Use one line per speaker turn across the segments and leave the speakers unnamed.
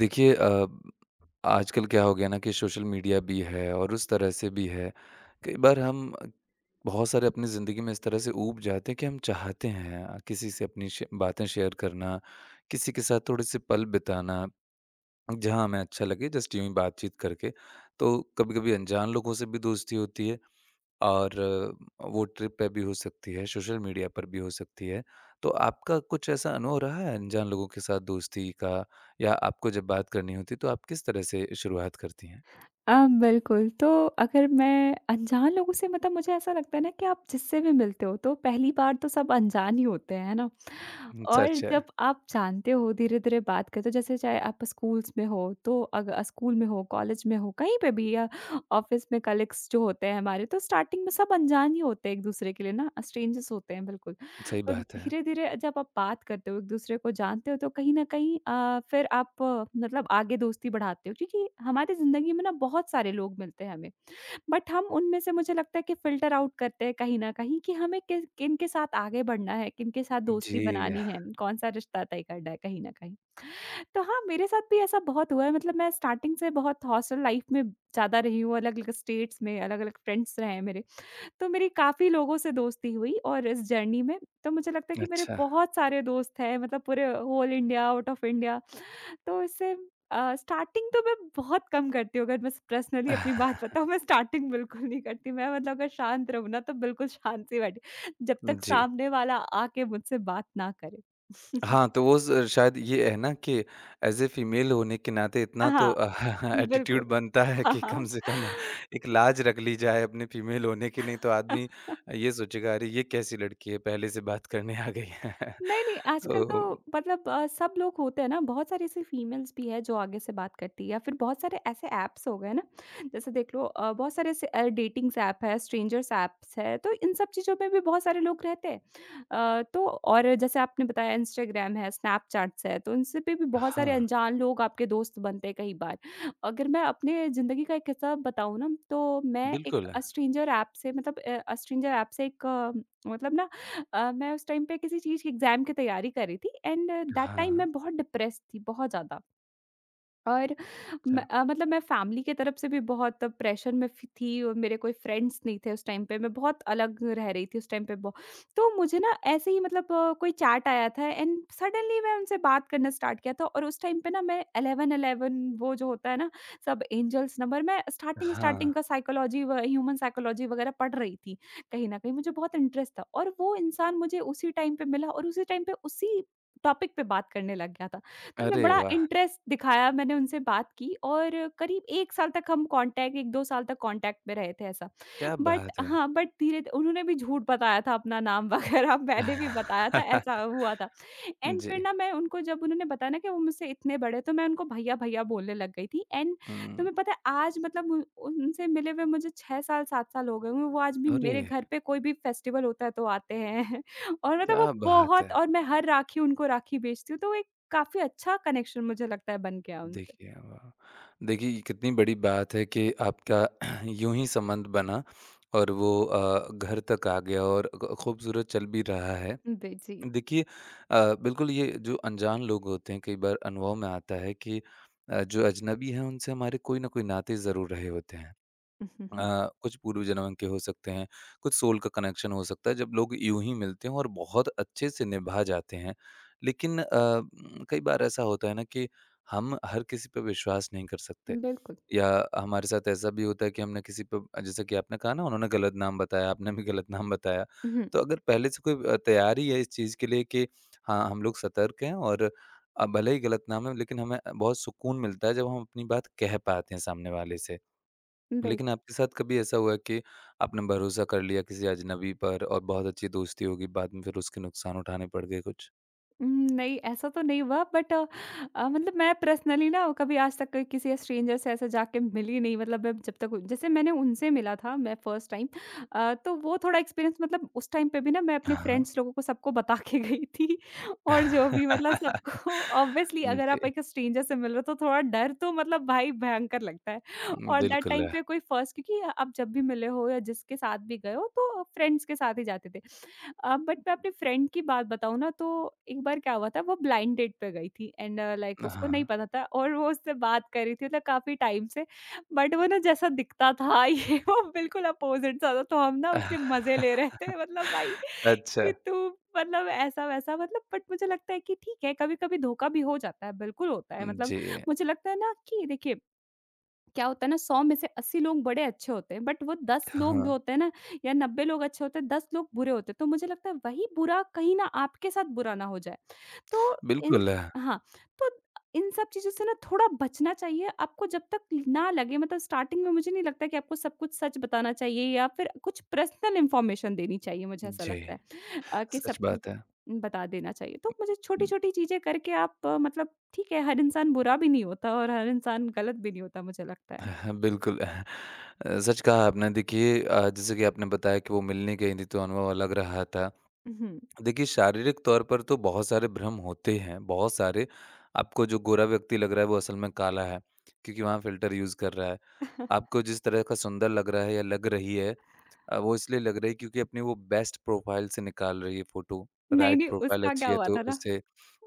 देखिए आजकल क्या हो गया ना कि सोशल मीडिया भी है और उस तरह से भी है। कई बार हम बहुत सारे अपनी ज़िंदगी में इस तरह से ऊब जाते हैं कि हम चाहते हैं किसी से अपनी श बातें शेयर करना, किसी के साथ थोड़े-से पल बिताना, जहाँ हमें अच्छा लगे जस्ट यूँ ही बातचीत करके। तो कभी-कभी अनजान लोगों से भी दोस्ती होती है। और वो ट्रिप पे भी हो सकती है, सोशल मीडिया पर भी हो सकती है। तो आपका कुछ ऐसा अनुभव रहा है अनजान लोगों के साथ दोस्ती का या आपको जब बात करनी होती है तो आप किस तरह से शुरुआत करती हैं?
अ, बिल्कुल, तो अगर मैं अनजान लोगों से मतलब मुझे ऐसा लगता है ना, कि आप जिससे भी मिलते हो, तो पहली बार तो सब अनजान ही होते हैं, है ना?
हुँ,
और
सच है।
जब आप जानते हो, धीरे-धीरे बात करते हो, जैसे चाहे आप स्कूल्स में हो, तो अग स्कूल में हो, कॉलेज में हो, कहीं पे भी, या ऑफ़िस में कलीग्स जो होते हैं हमारे, तो स्टार्टिंग में सब अनजान ही होते हैं एक-दूसरे के लिए ना, स्ट्रेंजर्स होते हैं बिल्कुल।
सही
तो
बात है।
धीरे-धीरे जब आप बात करते हो, एक-दूसरे को जानते हो, तो कहीं न कहीं फिर आप मतलब आगे दोस्ती बढ़ाते हो, क्योंकि हमारी ज़िंदगी में ना बहुत सारे लोग मिलते हैं हमें। बट हम उनमें से, मुझे लगता है कि फ़िल्टर आउट करते हैं कहीं न कहीं, कि हमें किस किनके साथ आगे बढ़ना है, किनके साथ दोस्ती
जी,
बनानी है, कौन-सा रिश्ता तय करना है कहीं न कहीं। तो हाँ, मेरे साथ भी ऐसा बहुत हुआ है। मतलब मैं स्टार्टिंग से बहुत हॉस्टल लाइफ़ में ज़्यादा रही हूँ, अलग-अलग स्टेट्स में अलग-अलग फ्रेंड्स रहे हैं मेरे। तो मेरी काफ़ी लोगों से दोस्ती हुई, और इस जर्नी में, तो मुझे लगता है कि मेरे
अच्छा।
बहुत सारे दोस्त हैं, मतलब पूरे whole India, out of India. तो इससे स्टार्टिंग तो मैं बहुत कम करती हूँ, अगर मैं पर्सनली अपनी बात बताऊँ, मैं स्टार्टिंग बिल्कुल नहीं करती। मैं मतलब अगर शांत रहूँ ना, तो बिल्कुल शांत से बैठी, जब तक
जी।
सामने वाला आके मुझसे बात ना करे।
हाँ, तो वो स शायद ये है ना कि ऐज़ ए फीमेल होने के नाते इतना तो
हाँ, बिल्कुल।
एटीट्यूड बनता है
हाँ,
कि कम
हाँ।
से कम एक लाज रख ली जाए अपने फीमेल होने की, नहीं तो आदमी ये सोचेगा अरे! ये कैसी लड़की है पहले से बात करने आ गई है।
नहीं, नहीं, आजकल तो
तो
मतलब सब लोग होते हैं ना, बहुत सारी ऐसी फीमेल्स भी हैं जो आगे से बात करती है, या फिर बहुत सारे ऐसे ऐप्स हो गए ना, जैसे देख लो बहुत सारे ऐसे डेटिंग्स ऐप है, स्ट्रेंजर्स ऐप्स है, तो इन सब चीज़ों में भी बहुत सारे लोग रहते हैं। तो और जैसे आपने बताया, इंस्टाग्राम है, स्नैपचैट्स है, तो इनसे पे भी बहुत सारे
हाँ,
अनजान लोग आपके दोस्त बनते हैं कई बार। अगर मैं अपने ज़िंदगी का एक किस्सा बताऊँ ना, तो मैं एक
बिल्कुल।
स्ट्रेंजर ऐप से मतलब स्ट्रेंजर ऐप से एक मतलब ना मैं उस टाइम पे किसी चीज़ की एग्ज़ाम की तैयारी कर रही थी, एंड दैट टाइम
हाँ,
मैं बहुत डिप्रेस्ड थी, बहुत ज़्यादा। और
अच्छा।
मतलब मैं फैमिली की तरफ से भी बहुत प्रेशर में फ थी, और मेरे कोई फ्रेंड्स नहीं थे उस टाइम पे, मैं बहुत अलग रह रही थी उस टाइम पे ब तो मुझे ना ऐसे ही मतलब कोई चैट आया था, एंड सडनली मैं उनसे बात करना स्टार्ट किया था। और उस टाइम पे ना, मैं 11-11 वो जो होता है ना, सब एंजल्स नंबर, मैं
हाँ,
स्टार्टिंग-स्टार्टिंग का साइकोलॉजी व ह्यूमन साइकोलॉजी वगैरह पढ़ रही थी, कहीं न कहीं मुझे बहुत इंटरेस्ट था, और वो इंसान मुझे उसी टाइम पे मिला और उसी टाइम पे उसी टॉपिक पे बात करने लग गया था। तो मैं
अरे
बड़ा
वाह!
इंटरेस्ट दिखाया, मैंने उनसे बात की, और करीब 1 साल तक हम कॉन्टैक्ट, 1-2 साल तक कॉन्टैक्ट में रहे थे ऐसा।
क्या
बट
बात है।
हाँ, बट धीरे उन्होंने भी झूठ बताया था अपना नाम वगैरह, मैंने भी बताया था, ऐसा हुआ था। एंड
जी।
फिर ना मैं उनको, जब उन्होंने बताया ना कि वो मुझसे इतने बड़े, तो मैं उनको भैया भैया बोलने लग गई थी। एंड
हुँ,
तुम्हें पता है आज मतलब उनसे मिले हुए मुझे 6 साल 7 साल हो गए हुए, वो आज भी
अरे!
मेरे घर पे कोई भी फेस्टिवल होता है तो आते हैं। और मतलब वो
क्या बात है।
बहुत, और मैं हर राखी उनको राखी बेचती हूँ, तो एक काफी अच्छा कनेक्शन मुझे लगता है बन गया उनसे।
देखिए, वाह! देखिए, ये कितनी बड़ी बात है कि आपका यूँ ही संबंध बना और वो घर तक आ गया और ख खूबसूरत चल भी रहा है।
जी।
देखिए बिल्कुल ये जो अनजान लोग होते हैं, कई बार अनुभव में आता है कि जो अजनबी हैं, उनसे हमारे कोई न कोई नाते ज़रूर रहे होते हैं। कुछ पूर्व जन्म के हो सकते हैं, कुछ सोल का कनेक्शन हो सकता है, जब लोग यूँ ही मिलते हैं और बहुत अच्छे से निभा जाते हैं। लेकिन कई बार ऐसा होता है ना कि हम हर किसी पे विश्वास नहीं कर सकते
बिल्कुल।
या हमारे साथ ऐसा भी होता है कि हमने किसी पे जैसे कि आपने कहा ना उन्होंने गलत नाम बताया, आपने भी गलत नाम बताया। तो अगर पहले से कोई तैयारी है इस चीज़ के लिए कि हाँ, हम लोग सतर्क हैं और भले ही गलत नाम है लेकिन हमें बहुत सुकून मिलता है जब हम अपनी बात कह पाते हैं सामने वाले से। लेकिन
बिल्कुल।
आपके साथ कभी ऐसा हुआ कि आपने भरोसा कर लिया किसी अजनबी पर और बहुत अच्छी दोस्ती होगी, बाद में फिर उसके नुकसान उठाने पड़ गए कुछ?
नहीं, ऐसा तो नहीं हुआ, बट मतलब मैं पर्सनली ना कभी आज तक किसी स्ट्रेंजर से ऐसे जाके मिली नहीं, मतलब मैं जब तक, जैसे मैंने उनसे मिला था, मैं फर्स्ट टाइम तो वो थोड़ा एक्सपीरियंस, मतलब उस टाइम पे भी ना मैं अपने
हाँ।
फ्रेंड्स लोगों को सबको बता के गई थी और जो भी, मतलब सबको। ऑब्वियसली अगर
जी,
आप एक स्ट्रेंजर से मिल रहे हो, तो थोड़ा डर तो मतलब भाई भयंकर लगता है। और दैट
बिल्कुल।
टाइम
है,
पे कोई फर्स्ट, क्योंकि आप जब भी मिले हो या जिसके साथ भी गए हो, तो फ्रेंड्स के साथ ही जाते थे। बट मैं अपने फ्रेंड की बात बताऊँ ना, तो एक बार क्या हुआ था, वो ब्लाइंड डेट पे गई थी, एंड लाइक उसको नहीं
हाँ।
पता था, और वो उससे बात कर रही थी मतलब काफ़ी टाइम से। बट वो ना जैसा दिखता था ये वो बिल्कुल अपोजिट सा था, तो हम ना उसके मज़े ले रहे थे, मतलब भाई,
अच्छा,
कि तू, मतलब ऐसा वैसा, मतलब। बट मुझे लगता है कि ठीक है, कभी-कभी धोखा भी हो जाता है, बिल्कुल होता है, मतलब।
जी,
मुझे लगता है ना कि देखिए, क्या होता है ना, 100 में से 80 लोग बड़े अच्छे होते हैं, बट वो 10 लोग जो
हाँ,
होते हैं ना, या 90 लोग अच्छे होते हैं, 10 लोग बुरे होते हैं। तो मुझे लगता है वही बुरा कहीं, ना आपके साथ बुरा ना हो जाए। तो इन
बिल्कुल। है
हाँ, तो इन सब चीज़ों से ना थोड़ा बचना चाहिए। आपको जब तक ना लगे, मतलब स्टार्टिंग में मुझे नहीं लगता कि आपको सब कुछ सच बताना चाहिए, या फिर कुछ पर्सनल इन्फॉर्मेशन देनी चाहिए, मुझे ऐसा
जी,
लगता है कि सब
सच
कुछ ब
बात है।
बता देना चाहिए। तो मुझे छोटी-छोटी चीज़ें करके, आप मतलब ठीक है, हर इंसान बुरा भी नहीं होता, और हर इंसान गलत भी नहीं होता, मुझे लगता है।
हाँ, बिल्कुल। अह, सच कहा आपने। देखिए जैसे कि आपने बताया कि वो मिलने गई थी तो अनुभव अलग रहा था।
हुँ।
देखिए, शारीरिक तौर पर तो बहुत सारे भ्रम होते हैं, बहुत सारे। आपको जो गोरा व्यक्ति लग रहा है, वो असल में काला है, क्योंकि वहाँ फ़िल्टर यूज़ कर रहा है। आपको जिस तरह का सुंदर लग रहा है या लग रही है वो इसलिए लग रही है क्योंकि अपनी वो बेस्ट प्रोफ़ाइल से निकाल रही है फ़ोटो।
नहीं,
राइट
नहीं,
प्रोफ़ाइल
उसका क्या
अच्छी है
हुआ
तो
था ना।
उससे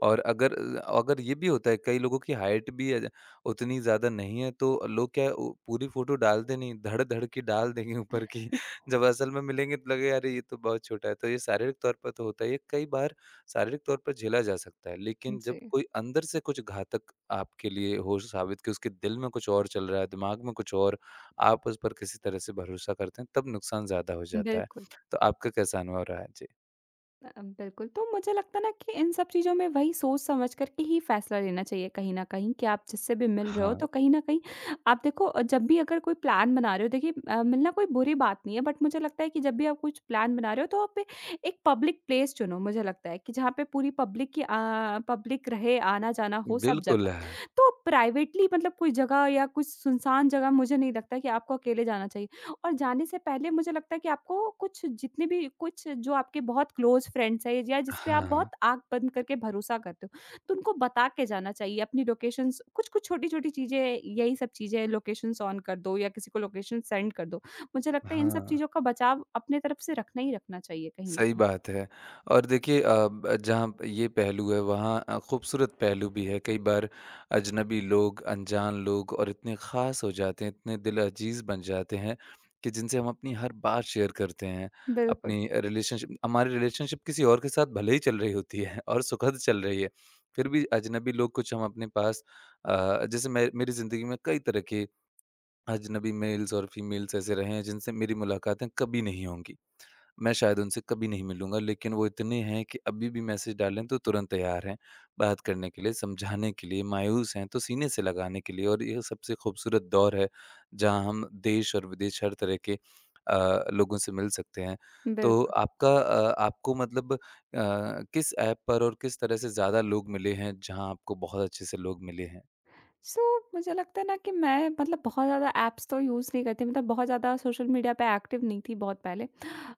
और अगर ये भी होता है कई लोगों की हाइट भी उतनी ज़्यादा नहीं है, तो लोग क्या है उ पूरी फ़ोटो डालते नहीं, धड़-धड़ की डाल देंगे ऊपर की। जब असल में मिलेंगे तो लगेगा अरे ये तो बहुत छोटा है, तो ये शारीरिक तौर पर तो होता ही है, ये कई बार शारीरिक तौर पर झेला जा सकता है, लेकिन जब
जी,
कोई अंदर से कुछ घातक आपके लिए हो साबित कि उसके दिल में कुछ और चल रहा है, दिमाग में कुछ और, आप उस पर किसी तरह से भरोसा करते हैं, तब नुकसान ज़्यादा हो जाता है।
बिल्कुल।
तो आपका कैसा अनुभव रहा है? जी।
बिल्कुल, तो मुझे लगता है ना कि इन सब चीज़ों में वही सोच समझ कर के ही फ़ैसला लेना चाहिए कहीं न कहीं, कि आप जिससे भी मिल रहे हो,
हाँ,
तो कहीं न कहीं आप देखो जब भी अगर कोई प्लान बना रहे हो, देखिए मिलना कोई बुरी बात नहीं है, बट मुझे लगता है कि जब भी आप कुछ प्लान बना रहे हो, तो आप एक पब्लिक प्लेस चुनो, मुझे लगता है कि जहाँ पे पूरी पब्लिक की पब्लिक रहे, आना-जाना हो सब
बिल्कुल
जगह।
है।
तो प्राइवेटली, मतलब कोई जगह या कुछ सुनसान जगह, मुझे नहीं लगता कि आपको अकेले जाना चाहिए। और जाने से पहले मुझे लगता है कि आपको कुछ, जितने भी कुछ जो आपके बहुत क्लोज़ फ्रेंड्स हैं, या जिस पे आप
हाँ,
बहुत आँख बंद करके भरोसा करते हो, तो उनको बता के जाना चाहिए अपनी लोकेशंस, कुछ-कुछ छोटी-छोटी चीज़ें, यही सब चीज़ें, लोकेशंस ऑन कर दो, या किसी को लोकेशन सेंड कर दो। मुझे लगता है इन सब
हाँ।
चीज़ों का बचाव अपने तरफ से रखना ही रखना चाहिए कहीं न
सही
कहीं।
बात है और देखिए ब जहाँ प ये पहलू है वहाँ खूबसूरत पहलू भी है। कई बार अजनबी लोग, अनजान लोग और इतने ख़ास हो जाते हैं, इतने दिल अज़ीज़ बन जाते हैं कि जिनसे हम अपनी हर बात शेयर करते हैं।
बिल्कुल,
अपनी अ, रिलेशनशिप हमारी रिलेशनशिप किसी और के साथ भले ही चल रही होती है और सुखद चल रही है, फिर भी अजनबी लोग कुछ हम अपने पास जैसे मैं मेरी ज़िंदगी में कई तरह के अजनबी मेल्स और फीमेल्स ऐसे रहे हैं जिनसे मेरी मुलाकातें कभी नहीं होंगी। मैं शायद उनसे कभी नहीं मिलूँगा लेकिन वो इतने हैं कि अभी भी मैसेज डालें तो तुरंत तैयार हैं, बात करने के लिए, समझाने के लिए, मायूस हैं तो सीने से लगाने के लिए और यह सबसे खूबसूरत दौर है, जहाँ हम देश और विदेश हर तरह के लोगों से मिल सकते हैं। तो
बिल्कुल।
आपका आपको मतलब किस ऐप पर और किस तरह से ज़्यादा लोग मिले हैं, जहाँ आपको बहुत अच्छे से लोग मिले हैं?
सो मुझे लगता है ना कि मैं, मतलब बहुत ज़्यादा ऐप्स तो यूज़ नहीं करती, मतलब बहुत ज़्यादा सोशल मीडिया पे एक्टिव नहीं थी बहुत पहले।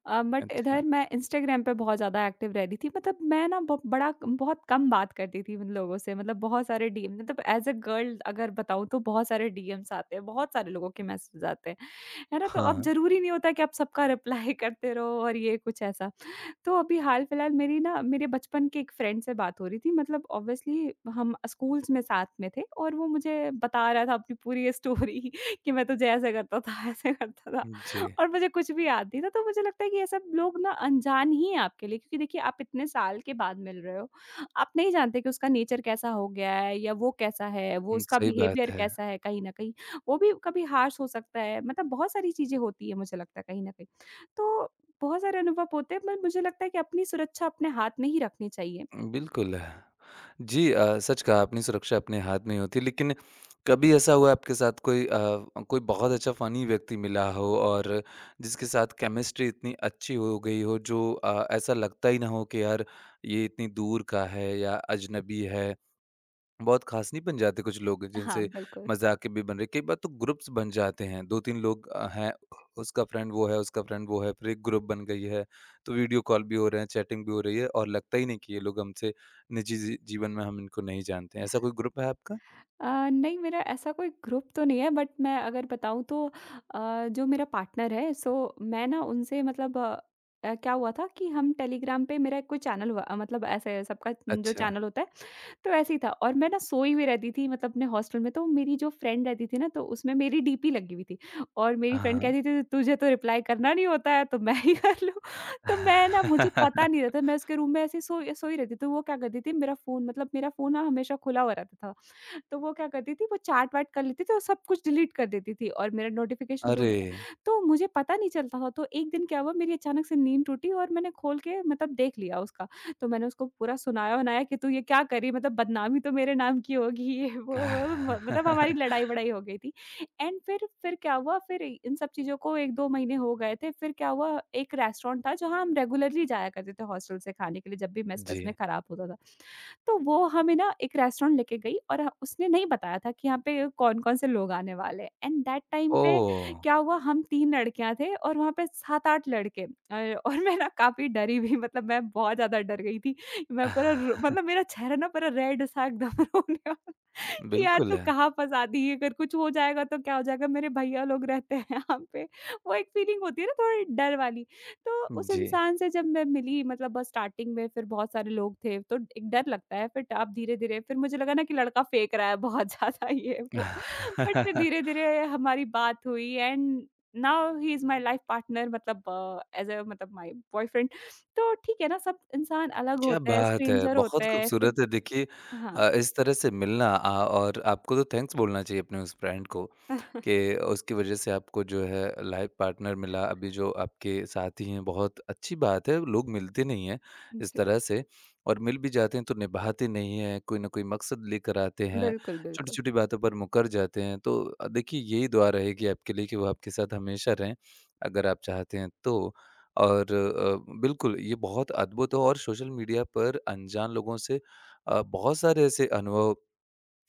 बट
अच्छा।
इधर मैं इंस्टाग्राम पे बहुत ज़्यादा एक्टिव रहती थी। मतलब मैं ना बहुत कम बात करती थी उन लोगों से, मतलब बहुत सारे डीएम, मतलब एज़ अ गर्ल अगर बताऊँ, तो बहुत सारे डीएम्स आते हैं, बहुत सारे लोगों के मैसेज आते हैं, है ना? तो अब
हाँ,
ज़रूरी नहीं होता कि आप सबका रिप्लाई करते रहो, और ये कुछ ऐसा। तो अभी हाल-फिलहाल, मेरी ना मेरे बचपन के एक फ्रेंड से बात हो रही थी, मतलब ऑब्वियसली हम स्कूल्स में साथ में थे, और वो मुझे बता रहा था अपनी पूरी स्टोरी कि मैं तुझे ऐसे करता था, ऐसे करता था,
जी।
और मुझे कुछ भी याद नहीं था। तो मुझे लगता है कि ये सब लोग ना अनजान ही हैं आपके लिए, क्योंकि देखिए आप इतने साल के बाद मिल रहे हो। आप नहीं जानते कि उसका नेचर कैसा हो गया है, या वो कैसा है, वो
हुँ,
उसका
सही बात
बिहेवियर
है।
कैसा है कहीं न कहीं। वो भी कभी हार्श हो सकता है, मतलब बहुत सारी चीज़ें होती हैं, मुझे लगता है कहीं न कहीं। तो बहुत सारे अनुभव होते हैं, पर मुझे लगता है कि अपनी सुरक्षा अपने हाथ में ही रखनी चाहिए।
बिल्कुल। जी सच कहा आपने सुरक्षा अपने हाथ में ही होती है लेकिन कभी ऐसा हुआ आपके साथ कोई बहुत अच्छा फ़नी व्यक्ति मिला हो और जिसके साथ केमिस्ट्री इतनी अच्छी हो गई हो जो ऐसा लगता ही ना हो कि यार ये इतनी दूर का है या अजनबी है बहुत खास नहीं बन जाते कुछ लोग
हाँ,
जिनसे
बिल्कुल।
मज़ाक भी बन रहे कई बार तो ग्रुप्स बन जाते हैं 2-3 लोग हैं उसका फ्रेंड वो है, उसका फ्रेंड वो है, फिर एक ग्रुप बन गई है। तो वीडियो कॉल भी हो रहे हैं, चैटिंग भी हो रही है और लगता ही नहीं कि ये लोग हमसे निजी जीवन में हम इनको नहीं जानते हैं। ऐसा कोई ग्रुप है आपका?
नहीं, मेरा ऐसा कोई ग्रुप तो नहीं है, बट मैं अगर बताऊँ तो जो मेरा पार्टनर है, सो मैं ना उनसे मतलब क्या हुआ था, कि हम टेलीग्राम पे मेरा कोई चैनल हुआ मतलब ऐसे सबका जो
अच्छा।
चैनल होता है, तो ऐसे ही था। और मैं ना सोई हुई रहती थी, मतलब अपने हॉस्टल में, तो मेरी जो फ्रेंड रहती थी ना, तो उसमें मेरी डीपी लगी हुई थी। और मेरी फ्रेंड
हाँ,
कहती थी, "तुझे तो रिप्लाई करना नहीं होता है, तो मैं ही कर लूँ।" तो मैं ना, मुझे पता नहीं
हाँ।
रहता, मैं उसके रूम में ऐसे ही सोई सोई रहती, तो वो क्या करती थी, मेरा फ़ोन, मतलब मेरा फ़ोन ना हमेशा खुला हुआ रहता था। तो वो क्या करती थी, वो चाट-वाट कर लेती थी, और सब कुछ डिलीट कर देती थी और मेरा नोटिफ़िकेशन तो
अरे!
तो मुझे पता नहीं चलता था। तो एक दिन क्या हुआ, मेरी अचानक से नींद टूटी और मैंने खोल के मतलब देख लिया उसका। तो मैंने उसको पूरा सुनाया-वनाया कि तू ये क्या कर रही है? मतलब बदनामी तो मेरे नाम की होगी ये। वो म मतलब हमारी लड़ाई-वड़ाई हो गई थी। एंड फिर क्या हुआ, फिर इन सब चीज़ों को 1-2 महीने हो गए थे। फिर क्या हुआ, एक रेस्टोरेंट था जहाँ हम रेगुलरली जाया करते थे हॉस्टल से खाने के लिए, जब भी मेस-वेस
जी।
में खराब होता था। तो वो हमें ना एक रेस्टोरेंट लेके गई और ह उसने नहीं बताया था कि यहाँ पे कौन-कौन से लोग आने वाले हैं। एंड दैट टाइम पे
ओह!
क्या हुआ, हम 3 लड़कियाँ थे और वहाँ पे 7-8 लड़के और मैं ना काफ़ी डरी भी, मतलब मैं बहुत ज़्यादा डर गई थी। मैं पूरा रो मतलब मेरा चेहरा ना पूरा रेड सा एकदम रोने वाला, कि यार
बिल्कुल
तू
है।
कहाँ फँसा दी, अगर कुछ हो जाएगा तो क्या हो जाएगा, मेरे भैया लोग रहते हैं यहाँ पे। वो एक फीलिंग होती है ना, थोड़ी डर वाली। तो उस
जी।
इंसान से जब मैं मिली, मतलब बस स्टार्टिंग में फिर बहुत सारे लोग थे, तो एक डर लगता है, फिर अब धीरे-धीरे फिर मुझे लगा ना कि लड़का फेंक रहा है बहुत ज़्यादा ये वो। बट फिर धीरे-धीरे हमारी बात हुई, and now he is my life partner, मतलब एज़ अ मतलब माय बॉयफ्रेंड। तो ठीक है ना, सब इंसान अलग
क्या
होते हैं,
बात है!
स्ट्रेंजर होते
बहुत
हैं फिर।
खूबसूरत है देखिए
हाँ।
इस तरह से मिलना और आपको तो थैंक्स बोलना चाहिए अपने उस फ्रेंड को कि उसकी वजह से आपको जो है लाइफ पार्टनर मिला। अभी जो आपके साथी हैं बहुत अच्छी बात है, लोग मिलते नहीं हैं इस
जी।
तरह से और मिल भी जाते हैं तो निभाते नहीं हैं, कोई न कोई मकसद लेकर आते हैं,
बिल्कुल, बिल्कुल।
छोटी-छोटी बातों पर मुकर जाते हैं। तो देखिए यही दुआ रहेगी आपके लिए कि वो आपके साथ हमेशा रहें, अगर आप चाहते हैं तो। और बिल्कुल ये बहुत अद्भुत हो। और सोशल मीडिया पर अनजान लोगों से बहुत सारे ऐसे अनुभव,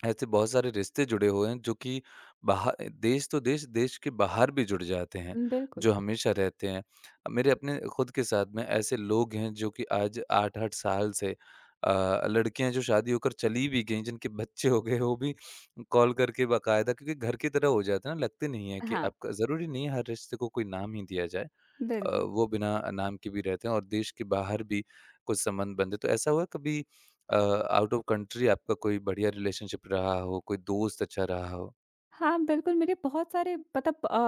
ऐसे बहुत सारे रिश्ते जुड़े हुए हैं जो कि बाहा देश तो देश, देश के बाहर भी जुड़ जाते हैं,
बिल्कुल।
जो हमेशा रहते हैं। मेरे अपने खुद के साथ में ऐसे लोग हैं जो कि आज 8-8 साल से लड़कियाँ जो शादी होकर चली भी गईं, जिनके बच्चे हो गए, वो भी कॉल करके बाकायदा क्योंकि घर की तरह हो जाता है ना, लगते नहीं है कि
हाँ,
आपका ज़रूरी नहीं है हर रिश्ते को कोई नाम ही दिया जाए।
बिल्कुल।
वो बिना नाम के भी रहते हैं और देश के बाहर भी कुछ संबंध बनते तो ऐसा हुआ कभी आउट ऑफ कंट्री आपका कोई बढ़िया रिलेशनशिप रहा हो कोई दोस्त अच्छा रहा हो
हाँ, बिल्कुल, मेरे बहुत सारे मतलब अ,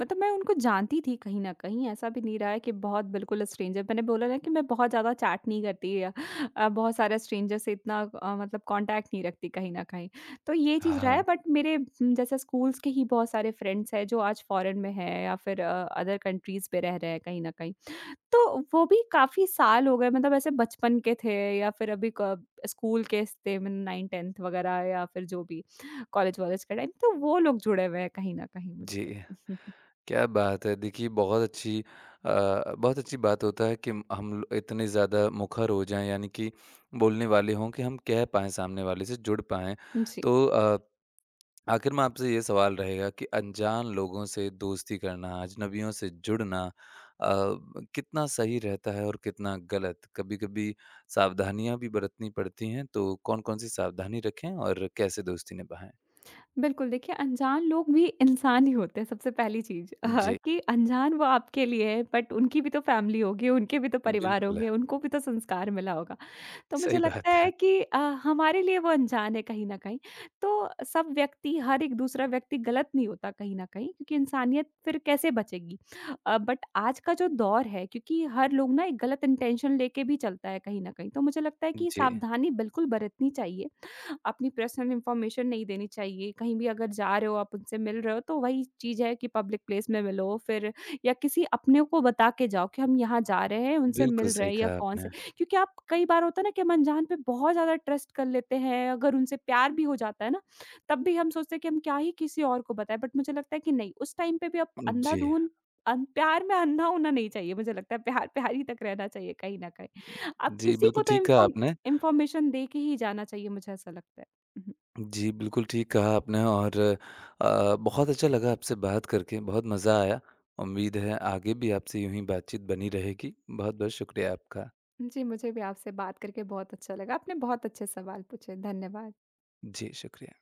मतलब मैं उनको जानती थी कहीं न कहीं, ऐसा भी नहीं रहा है कि बहुत बिल्कुल स्ट्रेंजर। मैंने बोला ना कि मैं बहुत ज़्यादा चैट नहीं करती, या बहुत सारे स्ट्रेंजर से इतना मतलब कॉन्टैक्ट नहीं रखती कहीं न कहीं। तो ये चीज़ रहा है,
हाँ
बट मेरे जैसे स्कूल्स के ही बहुत सारे फ्रेंड्स हैं जो आज फॉरेन में हैं, या फिर अदर कंट्रीज़ पे रह रहे हैं कहीं न कहीं। तो वो भी काफ़ी साल हो गए, मतलब ऐसे बचपन के थे या फिर अभी कब स्कूल के स थे, मैंने 9-10th वगैरह, या फिर जो भी कॉलेज-वॉलेज का टाइम, तो वो लोग जुड़े हुए हैं कहीं न कहीं
जी
मुझसे।
क्या बात है देखिए बहुत अच्छी बात होता है कि इतने ज़्यादा मुखर हो जाएं यानी कि बोलने वाले हों कि हम कह पाएं सामने वाले से जुड़ पाएं
जी।
तो आखिर में आपसे ये सवाल रहेगा कि अनजान लोगों से दोस्ती करना, अजनबियों से जुड़ना कितना सही रहता है और कितना गलत? कभी-कभी सावधानियाँ भी बरतनी पड़ती हैं, तो कौन-कौन सी सावधानी रखें और कैसे दोस्ती निभाएँ?
बिल्कुल, देखिए अनजान लोग भी इंसान ही होते हैं। सबसे पहली चीज़,
जी,
कि अनजान वो आपके लिए है, बट उनकी भी तो फैमिली होगी, उनके भी तो परिवार
बिल्कुल,
होंगे,
है
उनको भी तो संस्कार मिला होगा। तो मुझे
सही
लगता
बात
है
है।
कि हमारे लिए वो अनजान है कहीं न कहीं। तो सब व्यक्ति, हर एक दूसरा व्यक्ति गलत नहीं होता कहीं न कहीं, क्योंकि इंसानियत फिर कैसे बचेगी? बट आज का जो दौर है, क्योंकि हर लोग ना एक गलत इंटेंशन लेके भी चलता है कहीं न कहीं। तो मुझे लगता है कि
जी,
सावधानी बिल्कुल बरतनी चाहिए, अपनी पर्सनल इन्फॉर्मेशन नहीं देनी चाहिए। कहीं भी अगर जा रहे हो, आप उनसे मिल रहे हो, तो वही चीज़ है कि पब्लिक प्लेस में मिलो, फिर या किसी अपने को बता के जाओ कि हम यहाँ जा रहे हैं, उनसे
बिल्कुल
मिल रहे
सही
हैं या
कहा
कौन से,
आपने।
क्योंकि आप, कई बार होता है ना कि हम अनजान पे बहुत ज़्यादा ट्रस्ट कर लेते हैं। अगर उनसे प्यार भी हो जाता है ना, तब भी हम सोचते हैं कि हम क्या ही किसी और को बताएँ, बट मुझे लगता है कि नहीं, उस टाइम पे भी आप
जी,
अंधाधुन अन प्यार में अंधा होना नहीं चाहिए, मुझे लगता है प्यार, प्यार ही तक रहना चाहिए कहीं न कहीं। आप
जी,
किसी को
बिल्कुल
तो
ठीक कहा
इन्फॉर्म
आपने।
इन्फॉर्मेशन दे के ही जाना चाहिए, मुझे ऐसा लगता है। हुँ,
जी, बिल्कुल ठीक कहा आपने और बहुत अच्छा लगा आपसे बात करके, बहुत मज़ा आया। उम्मीद है आगे भी आपसे यूँ ही बातचीत बनी रहेगी। बहुत-बहुत शुक्रिया आपका।
हुँ। जी, मुझे भी आपसे बात करके बहुत अच्छा लगा। आपने बहुत अच्छे सवाल पूछे। धन्यवाद।
जी, शुक्रिया।